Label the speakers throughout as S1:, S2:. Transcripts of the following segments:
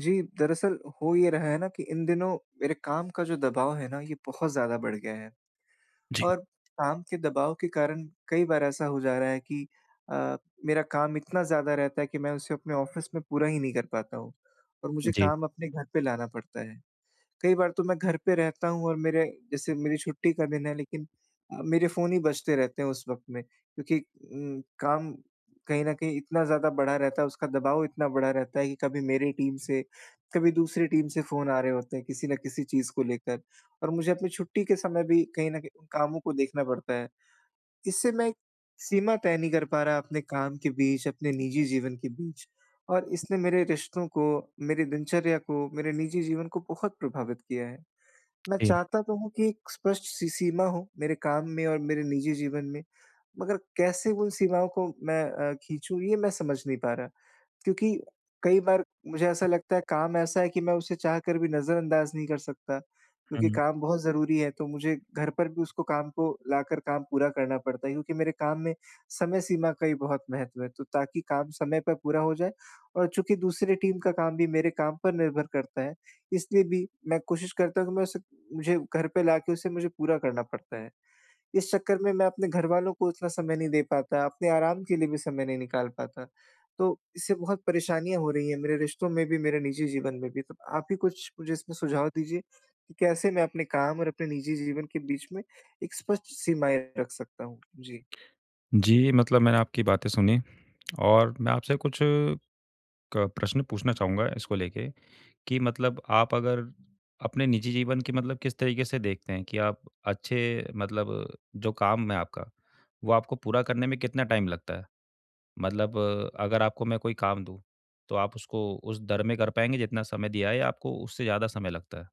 S1: जी, दरअसल हो ये रहा है ना कि इन दिनों मेरे काम का जो दबाव है ना, ये बहुत ज़्यादा बढ़ गया है।
S2: जी,
S1: और काम के दबाव के कारण कई बार ऐसा हो जा रहा है कि अ, मेरा काम इतना ज़्यादा रहता है कि मैं उसे अपने ऑफ़िस में पूरा ही नहीं कर पाता हूँ, और मुझे
S2: जी,
S1: काम अपने घर पे लाना पड़ता है। कई बार तो मैं घर पे रहता हूँ, और मेरे जैसे मेरी छुट्टी का दिन है, लेकिन मेरे फ़ोन ही बजते रहते हैं उस वक़्त में, क्योंकि काम कहीं न कहीं इतना ज़्यादा बढ़ा रहता है, उसका दबाव इतना बढ़ा रहता है कि कभी मेरी टीम से, कभी दूसरी टीम से फ़ोन आ रहे होते हैं किसी न किसी चीज़ को लेकर, और मुझे अपनी छुट्टी के समय भी कहीं न कहीं उन कामों को देखना पड़ता है। इससे मैं एक सीमा तय नहीं कर पा रहा अपने काम के बीच, अपने निजी जीवन के बीच, और इसने मेरे रिश्तों को, मेरी दिनचर्या को, मेरे निजी जीवन को बहुत प्रभावित किया है। मैं
S2: जी।
S1: चाहता तो हूँ कि एक स्पष्ट सी सीमा हो मेरे काम में और मेरे निजी जीवन में, मगर कैसे उन सीमाओं को मैं खींचूँ, ये मैं समझ नहीं पा रहा। क्योंकि कई बार मुझे ऐसा लगता है काम ऐसा है कि मैं उसे चाह कर भी नज़रअंदाज़ नहीं कर सकता, क्योंकि
S2: हुँ।
S1: काम बहुत ज़रूरी है, तो मुझे घर पर भी उसको काम को लाकर काम पूरा करना पड़ता है, क्योंकि मेरे काम में समय सीमा का ही बहुत महत्व है। तो ताकि काम समय पर पूरा हो जाए, और चूँकि दूसरी टीम का काम भी मेरे काम पर निर्भर करता है, इसलिए भी मैं कोशिश करता हूँ कि मैं उसे मुझे घर पे लाके उसे मुझे पूरा करना पड़ता है। इस चक्कर में मैं अपने घर वालों को उतना समय नहीं दे पाता, अपने आराम के लिए भी समय नहीं निकाल पाता। तो इससे बहुत परेशानियाँ हो रही हैं मेरे रिश्तों में भी, मेरे निजी जीवन में भी। तो आप ही कुछ मुझे इसमें सुझाव दीजिए कि कैसे मैं अपने काम और अपने निजी जीवन के बीच में एक स्पष्ट सीमाएँ रख सकता हूँ? जी।
S2: जी, मतलब मैंने आपकी बातें सुनी और मैं आपसे कुछ क प्रश्न पूछना चाहूँगा इसको लेके कि मतलब आप अगर अपने निजी जीवन की मतलब किस तरीके से देखते हैं कि आप अच्छे मतलब जो काम है आपका, वो आपको पूरा करने में कितना टाइम लगता है? मतलब अगर आपको मैं कोई काम दूँ, तो आप उसको उस दर में कर पाएँगे जितना समय दिया है या आपको उससे ज़्यादा समय लगता है?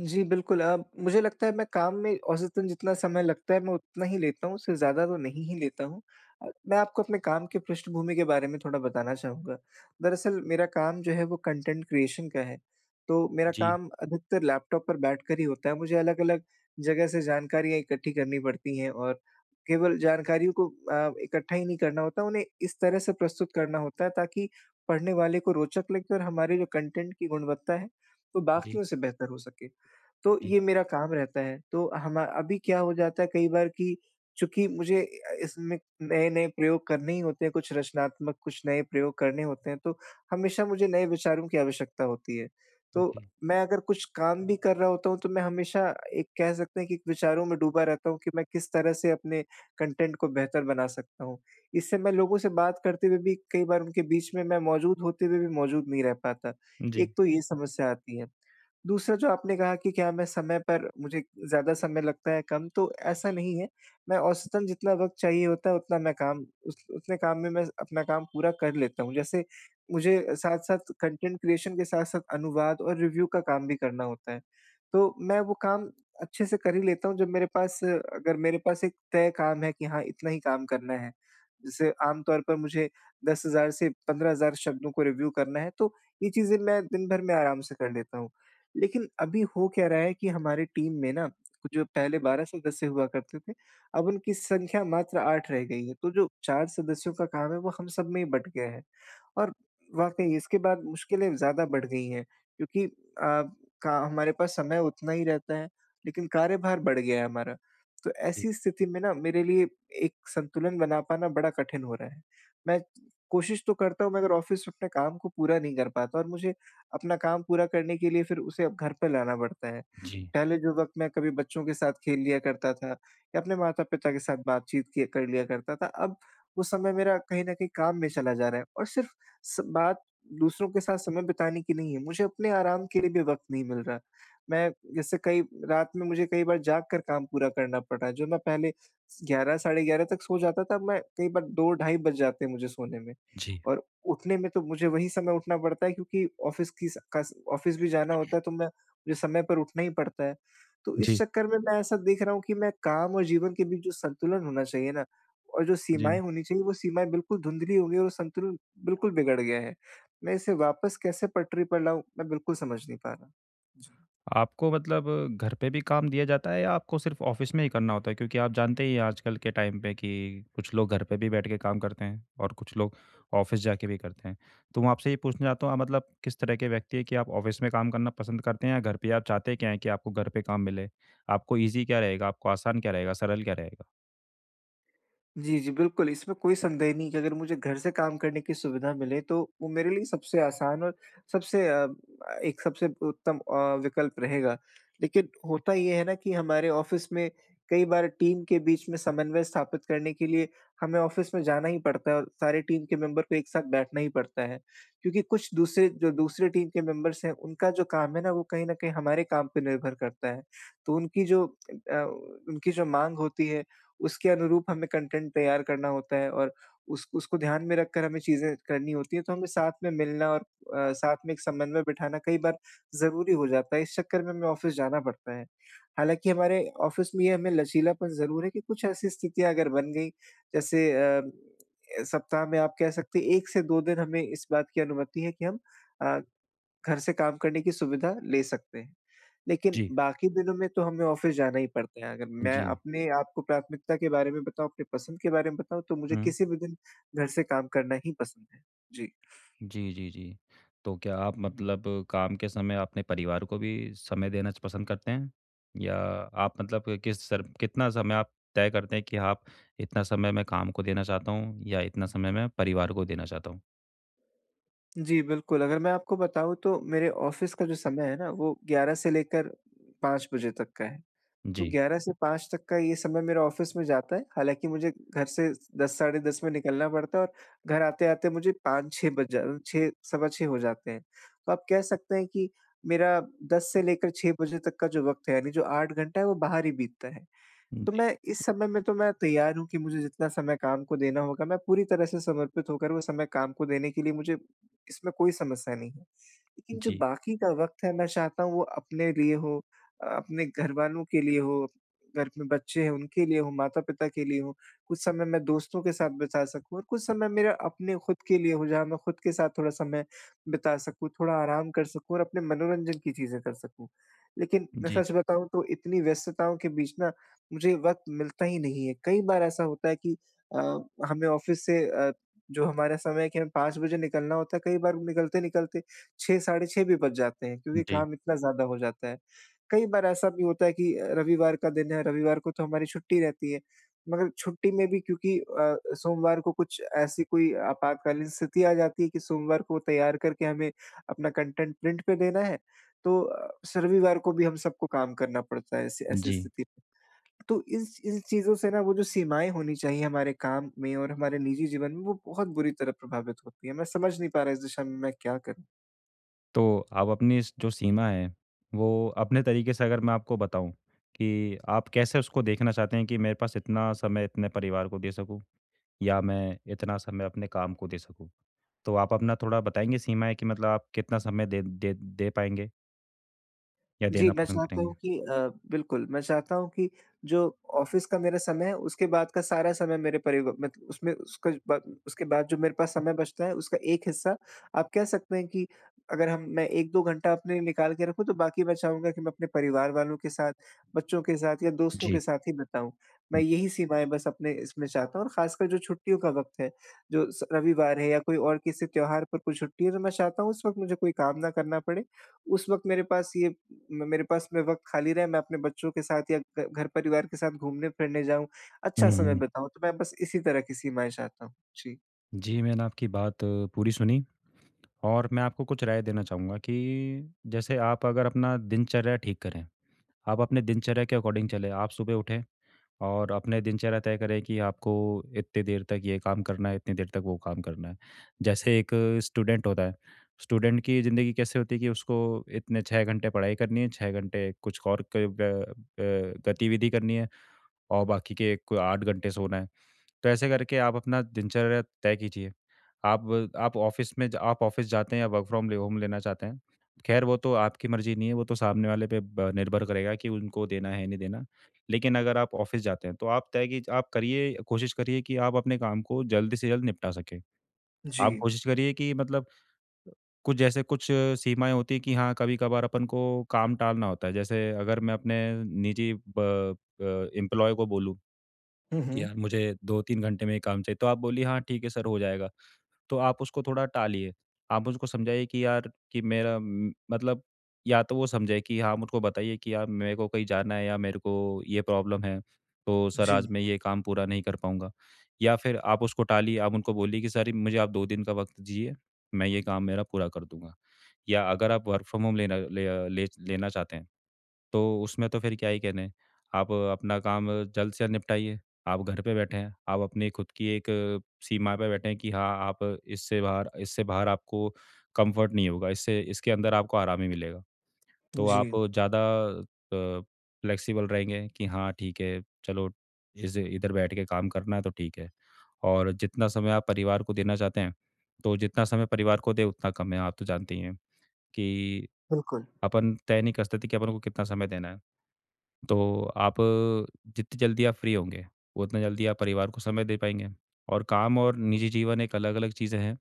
S1: जी, बिल्कुल, मुझे लगता है मैं काम में औसतन जितना समय लगता है मैं उतना ही लेता हूँ, उससे ज़्यादा तो नहीं ही लेता हूँ। मैं आपको अपने काम की पृष्ठभूमि के बारे में थोड़ा बताना चाहूँगा। दरअसल मेरा काम जो है वो कंटेंट क्रिएशन का है, तो मेरा
S2: जी,
S1: काम अधिकतर लैपटॉप पर बैठकर ही होता है। मुझे अलग-अलग जगह से जानकारियाँ इकट्ठी करनी पड़ती हैं, और केवल जानकारियों को इकट्ठा ही नहीं करना होता, उन्हें इस तरह से प्रस्तुत करना होता है ताकि पढ़ने वाले को रोचक लगे और हमारे जो कंटेंट की गुणवत्ता है, वो
S2: जी,
S1: बाकियों से बेहतर हो सके। तो
S2: जी,
S1: ये मेरा काम रहता है। तो हमा अभी क्या हो जाता है कई बार कि चूँकि मुझे इसमें नए-नए प्रयोग करने ही होते हैं, कुछ रचनात्मक, कुछ नए प्रयोग करने होते हैं, तो हमेशा मुझे नए विचारों की आवश्यकता होती है। तो
S2: जी,
S1: मैं अगर कुछ काम भी कर रहा होता हूँ, तो मैं हमेशा एक कह सकते हैं कि विचारों में डूबा रहता हूँ कि मैं किस तरह से अपने कंटेंट को बेहतर बना सकता हूँ। इससे मैं लोगों से बात करते हुए भी कई बार उनके बीच में मैं मौजूद होते हुए भी मौजूद नहीं रह पाता।
S2: जी,
S1: एक तो ये समस्या आती है। दूसरा जो आपने कहा कि क्या मैं समय पर, मुझे ज़्यादा समय लगता है कम, तो ऐसा नहीं है। मैं औसतन जितना वक़्त चाहिए होता है उतना मैं काम उस उतने काम में मैं अपना काम पूरा कर लेता हूँ। जैसे मुझे साथ-साथ कंटेंट क्रिएशन के साथ-साथ अनुवाद और रिव्यू का काम भी करना होता है। तो मैं वो काम अच्छे से कर ही लेता हूँ जब मेरे पास अगर मेरे पास एक तय काम है कि हाँ, इतना ही काम करना है। जैसे आम तौर पर मुझे 10,000 से 15,000 शब्दों को रिव्यू करना है, तो ये चीज़ें मैं दिन भर में आराम से कर लेता हूँ। लेकिन अभी हो क्या रहा है कि हमारी टीम में ना, जो पहले 12 सदस्य हुआ करते थे, अब उनकी संख्या मात्र 8 रह गई है। तो जो 4 सदस्यों का काम है, वो हम सब में ही बँट गया है। और वाक़ई इसके बाद मुश्किलें ज़्यादा बढ़ गई हैं, क्योंकि अ, का हमारे पास समय उतना ही रहता है, लेकिन कार्यभार बढ़ गया है हमारा। तो
S2: जी,
S1: ऐसी स्थिति में ना मेरे लिए एक संतुलन बना पाना बड़ा कठिन हो रहा है। मैं कोशिश तो करता हूँ मगर ऑफ़िस में अपने काम को पूरा नहीं कर पाता, और मुझे अपना काम पूरा करने के लिए फिर उसे अब घर पे लाना पड़ता है।
S2: जी,
S1: पहले जो वक़्त मैं कभी बच्चों के साथ खेल लिया करता था, या अपने माता-पिता के साथ बातचीत किया कर लिया करता था, अब वो समय मेरा कहीं न कहीं काम में चला जा रहा है। और सिर्फ़ स बात दूसरों के साथ समय बिताने की नहीं है, मुझे अपने आराम के लिए भी वक़्त नहीं मिल रहा। मैं जैसे कई रात में मुझे कई बार जाग कर काम पूरा करना पड़ रहा है। जो मैं पहले 11 साढ़े 11 तक सो जाता था, अब मैं कई बार 2 ढाई बज जाते हैं मुझे सोने में।
S2: जी,
S1: और उठने में तो मुझे वही समय उठना पड़ता है, क्योंकि ऑफ़िस की स का ऑफ़िस भी जाना होता है, तो मैं मुझे समय पर उठना ही पड़ता है। तो इस
S2: जी,
S1: चक्कर में मैं ऐसा देख रहा हूँ कि मैं काम और जीवन के बीच जो संतुलन होना चाहिए ना, और जो
S2: जी।
S1: सीमाएँ होनी चाहिए, वो सीमाएँ बिल्कुल धुंधली हो गई है और वो संतुलन बिल्कुल बिगड़ गया है। मैं इसे वापस कैसे पटरी पर लाऊँ, मैं बिल्कुल समझ नहीं पा रहा। जी।
S2: आपको मतलब घर पे भी काम दिया जाता है या आपको सिर्फ ऑफिस में ही करना होता है? क्योंकि आप जानते ही हैं आजकल के टाइम पे कि कुछ लोग घर पे भी बैठ के काम करते हैं और कुछ लोग ऑफिस जाके भी करते हैं। तो मैं आपसे ये पूछना चाहता हूँ आप मतलब किस तरह के व्यक्ति हैं कि आप ऑफिस में काम करना पसंद करते हैं या घर पे आप चाहते क्या हैं कि आपको घर पे काम मिले? आपको ईज़ी क्या रहेगा? आपको आसान क्या रहेगा? सरल क्या रहेगा?
S1: जी, जी, बिल्कुल, इसमें कोई संदेह नहीं कि अगर मुझे घर से काम करने की सुविधा मिले, तो वो मेरे लिए सबसे आसान और सबसे अ, एक सबसे उत्तम विकल्प रहेगा। लेकिन होता ये है ना कि हमारे ऑफ़िस में कई बार टीम के बीच में समन्वय स्थापित करने के लिए हमें ऑफ़िस में जाना ही पड़ता है, और सारे टीम के मेंबर को एक साथ बैठना ही पड़ता है। क्योंकि कुछ दूसरे जो दूसरे टीम के मेंबर्स हैं, उनका जो काम है ना, वो कहीं न कहीं हमारे काम पे निर्भर करता है। तो अ, उनकी जो माँग होती है, उसके अनुरूप हमें कंटेंट तैयार करना होता है, और उस उसको ध्यान में रखकर हमें चीज़ें करनी होती हैं, तो हमें साथ में मिलना और साथ में एक समन्वय बिठाना कई बार ज़रूरी हो जाता है, इस चक्कर में हमें ऑफ़िस जाना पड़ता है। हालाँकि हमारे ऑफ़िस में ये हमें लचीलापन ज़रूर है कि कुछ ऐसी स्थितियाँ अगर बन गई, जैसे सप्ताह में आप कह सकते हैं 1 से 2 दिन हमें इस बात की अनुमति है कि हम अ, घर से काम करने की सुविधा ले सकते हैं। लेकिन
S2: जी।
S1: बाकी दिनों में तो हमें ऑफ़िस जाना ही पड़ता है। अगर मैं
S2: जी।
S1: अपने आपको प्राथमिकता के बारे में बताऊँ, अपनी पसंद के बारे में बताऊँ, तो मुझे
S2: हुँ।
S1: किसी भी दिन घर से काम करना ही पसंद है। जी।
S2: जी, जी, जी। तो क्या आप मतलब काम के समय अपने परिवार को भी समय देना पसंद करते हैं? या आप मतलब किस सर कितना समय आप तय करते हैं कि आप इतना समय मैं काम को देना चाहता हूँ या इतना समय मैं परिवार को देना चाहता हूँ?
S1: जी, बिल्कुल, अगर मैं आपको बताऊँ तो मेरे ऑफ़िस का जो समय है ना वो 11 से लेकर 5 बजे तक का है। तो
S2: जी,
S1: 11 से 5 तक का ये समय मेरा ऑफ़िस में जाता है। हालाँकि मुझे घर से 10 साढ़े 10 में निकलना पड़ता है, और घर आते-आते मुझे 5-6 बज जा 6 सवा 6 हो जाते हैं। तो आप कह सकते हैं कि मेरा 10 से लेकर 6 बजे तक का जो वक़्त है, यानी जो 8 घंटा है, वो बाहर ही बीतता है। तो
S2: जी,
S1: मैं इस समय में तो मैं तैयार हूँ कि मुझे जितना समय काम को देना होगा, मैं पूरी तरह से समर्पित होकर वो समय काम को देने के लिए, मुझे इसमें कोई समस्या नहीं है। लेकिन जो
S2: जी,
S1: बाकी का वक़्त है मैं चाहता हूँ वो अपने लिए हो, अपने घरवालों के लिए हो, घर में बच्चे हैं उनके लिए हो, माता-पिता के लिए हो, कुछ समय मैं दोस्तों के साथ बिता सकूँ, और कुछ समय मेरा अपने खुद के लिए हो जहाँ मैं खुद के साथ थोड़ा समय बिता सकूँ, थोड़ा आराम कर सकूँ और अपने मनोरंजन की चीज़ें कर सकूँ। लेकिन मैं
S2: जी,
S1: सच बताऊँ तो इतनी व्यस्तताओं के बीच ना मुझे वक़्त मिलता ही नहीं है। कई बार ऐसा होता है कि अ, हमें ऑफ़िस से जो हमारा समय है कि हमें 5 बजे निकलना होता है, कई बार निकलते-निकलते 6 साढ़े 6 भी बज जाते हैं क्योंकि
S2: जी,
S1: काम इतना ज़्यादा हो जाता है। कई बार ऐसा भी होता है कि रविवार का दिन है, रविवार को तो हमारी छुट्टी रहती है, मगर छुट्टी में भी क्योंकि सोमवार को कुछ ऐसी कोई आपातकालीन स्थिति आ जाती है कि सोमवार को तैयार करके हमें अपना कंटेंट प्रिंट पे देना है, तो अ, स रविवार को भी हम सबको काम करना पड़ता है, ऐसी ऐसी
S2: जी।
S1: स्थिति। तो इस इन चीज़ों से ना वो जो सीमाएँ होनी चाहिए हमारे काम में और हमारे निजी जीवन में, वो बहुत बुरी तरह प्रभावित होती हैं। मैं समझ नहीं पा रहा इस दिशा में मैं क्या करूँ?
S2: तो आप अपनी स जो सीमा है, वो अपने तरीके से अगर मैं आपको बताऊँ कि आप कैसे उसको देखना चाहते हैं कि मेरे पास इतना समय इतने परिवार को दे सकूँ? या मैं इतना समय अपने काम को दे सकूँ। तो आप अपना थोड़ा बताएँगे सीमाएँ कि मतलब आप कितना समय दे दे दे पाएँगे या
S1: जी,
S2: देना
S1: मैं
S2: पसंद
S1: चाहता
S2: करेंगे?
S1: हूँ कि अ, बिल्कुल, मैं चाहता हूँ कि जो ऑफ़िस का मेरा समय है, उसके बाद का सारा समय मेरे परिव मत उसमें उसका ब उसके बाद जो मेरे पास समय बचता है, उसका एक हिस्सा आप कह सकते हैं कि अगर हम मैं 1-2 घंटा अपने लिए निकाल के रखूँ, तो बाकी मैं चाहूँगा कि मैं अपने परिवार वालों के साथ, बच्चों के साथ या दोस्तों
S2: जी।
S1: के साथ ही बिताऊँ। मैं यही सीमाएँ बस अपने इसमें चाहता हूँ, और ख़ासकर जो छुट्टियों का वक़्त है, जो स रविवार है या कोई और किसी त्योहार पर कोई छुट्टी है, तो मैं चाहता हूँ उस वक़्त मुझे कोई काम ना करना पड़े। उस वक़्त मेरे पास ये म मेरे पास में वक़्त खाली रहे, मैं अपने बच्चों के साथ या घ घर परिवार के साथ घूमने-फिरने जाऊँ,
S2: हुँ,
S1: अच्छा समय
S2: हुँ।
S1: बिताऊँ, तो मैं बस इसी तरह की सीमाएँ चाहता हूँ। जी।
S2: जी, मैंने आपकी बात पूरी सुनी और मैं आपको कुछ राय देना चाहूँगा कि जैसे आप अगर अपना दिनचर्या ठीक करें, आप अपने दिनचर्या के अकॉर्डिंग चलें। आप सुबह उठें और अपने दिनचर्या तय करें कि आपको इतनी देर तक ये काम करना है, इतनी देर तक वो काम करना है। जैसे एक स्टूडेंट होता है, स्टूडेंट की ज़िंदगी कैसे होती है कि उसको इतने 6 घंटे पढ़ाई करनी है, 6 घंटे कुछ और गतिविधि करनी है और बाकी के क 8 घंटे सोना है। तो ऐसे करके आप अपना दिनचर्या तय कीजिए। आप आप ऑफ़िस जाते हैं या वर्क फ्रॉम ले होम लेना चाहते हैं, ख़ैर वो तो आपकी मर्ज़ी नहीं है, वो तो सामने वाले पे ब निर्भर करेगा कि उनको देना है, नहीं देना। लेकिन अगर आप ऑफ़िस जाते हैं, तो आप तय की आप करिए कोशिश करिए कि आप अपने काम को जल्द से जल्द निपटा सकें।
S1: जी।
S2: आप कोशिश करिए कि मतलब कुछ जैसे कुछ सीमाएँ होती हैं कि हाँ, कभी-कभार अपन को काम टालना होता है। जैसे अगर मैं अपने निजी ब अ, एम्प्लॉयी को बोलूँ
S1: हुँ, हुँ।
S2: यार मुझे 2-3 घंटे में ये काम चाहिए, तो आप बोली हाँ ठीक है सर हो जाएगा। तो आप उसको थोड़ा टालिए, आप उसको समझाइए कि यार कि मेरा म मतलब या तो वो समझे कि आप मुझको बताइए कि यार मेरे को कहीं जाना है या मेरे को ये प्रॉब्लम है, तो सर
S1: जी।
S2: आज मैं ये काम पूरा नहीं कर पाऊँगा। या फिर आप उसको टालिए, आप उनको बोलिए कि सर मुझे आप 2 दिन का वक़्त दीजिए, मैं ये काम मेरा पूरा कर दूँगा। या अगर आप वर्क फ्रॉम होम लेना ले अ, ले लेना चाहते हैं तो उसमें तो फिर क्या ही कहने, आप अपना काम जल्द से जल्द निपटाइए। आप घर पे बैठे हैं, आप अपनी खुद की एक सीमा पे बैठे हैं कि हाँ, आप इससे बाहर आपको कम्फ़र्ट नहीं होगा, इससे इसके अंदर आपको आराम ही मिलेगा। तो
S1: जी।
S2: आप ज़्यादा अ, फ्लेक्सिबल रहेंगे कि हाँ, ठीक है, चलो इस इधर बैठ के काम करना है तो ठीक है। और जितना समय आप परिवार को देना चाहते हैं, तो जितना समय परिवार को दें उतना कम है, आप तो जानती ही हैं कि
S1: बिल्कुल।
S2: अपन तय नहीं कर सकते कि अपन को कितना समय देना है। तो आप जितनी जल्दी आप फ्री होंगे, उतना जल्दी आप परिवार को समय दे पाएँगे और काम और निजी जीवन एक अलग-अलग चीज़ें हैं,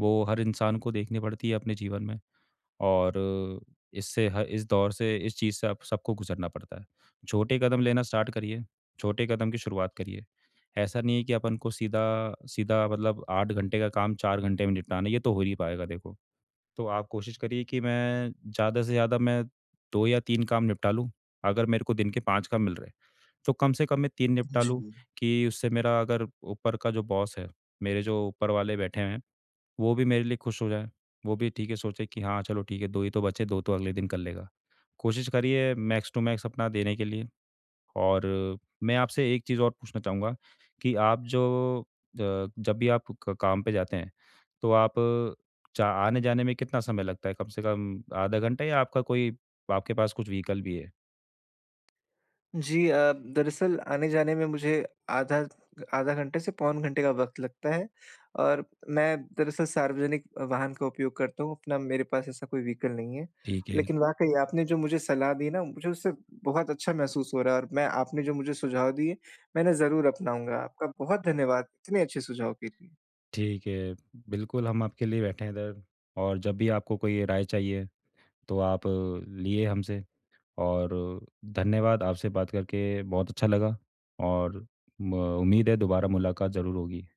S2: वो हर इंसान को देखनी पड़ती है अपने जीवन में और इससे ह इस दौर से इस चीज़ से आप सबको गुज़रना पड़ता है। छोटे कदम लेना स्टार्ट करिए, छोटे कदम की शुरुआत करिए। ऐसा नहीं है कि अपन को सीधा सीधा मतलब 8 घंटे का काम 4 घंटे में निपटाना है, ये तो हो नहीं पाएगा देखो। तो आप कोशिश करिए कि मैं ज़्यादा से ज़्यादा मैं 2 या 3 काम निपटा लूँ। अगर मेरे को दिन के 5 काम मिल रहे हैं, तो कम से कम मैं 3 निपटा
S1: जी।
S2: लूँ कि उससे मेरा अगर ऊपर का जो बॉस है, मेरे जो ऊपर वाले बैठे हैं, वो भी मेरे लिए खुश हो जाएँ। वो भी ठीक है सोचे कि हाँ, चलो ठीक है 2 ही तो बचे, 2 तो अगले दिन कर लेगा। कोशिश करिए मैक्स टू मैक्स अपना देने के लिए। और मैं आपसे एक चीज़ और पूछना चाहूँगा कि जब भी आप क काम पे जाते हैं, तो आप चा आने-जाने में कितना समय लगता है? कम से कम आधा घंटा या आपका कोई आपके पास कुछ व्हीकल भी है?
S1: जी, दरअसल आने-जाने में मुझे आधा आधा घंटे से पौन घंटे का वक़्त लगता है, और मैं दरअसल सार्वजनिक वाहन का उपयोग करता हूँ, अपना मेरे पास ऐसा कोई व्हीकल नहीं है।
S2: ठीक है,
S1: लेकिन वाक़ई आपने जो मुझे सलाह दी ना, मुझे उससे बहुत अच्छा महसूस हो रहा है, और मैं आपने जो मुझे सुझाव दिए, मैं इन्हें ज़रूर अपनाऊँगा। आपका बहुत धन्यवाद, इतने अच्छे सुझाव के लिए।
S2: ठीक है। बिल्कुल, हम आपके लिए बैठे हैं इधर और जब भी आपको कोई राय चाहिए, तो आप लिए हमसे और धन्यवाद, आपसे बात करके बहुत अच्छा लगा और म उम्मीद है दोबारा मुलाकात ज़रूर होगी।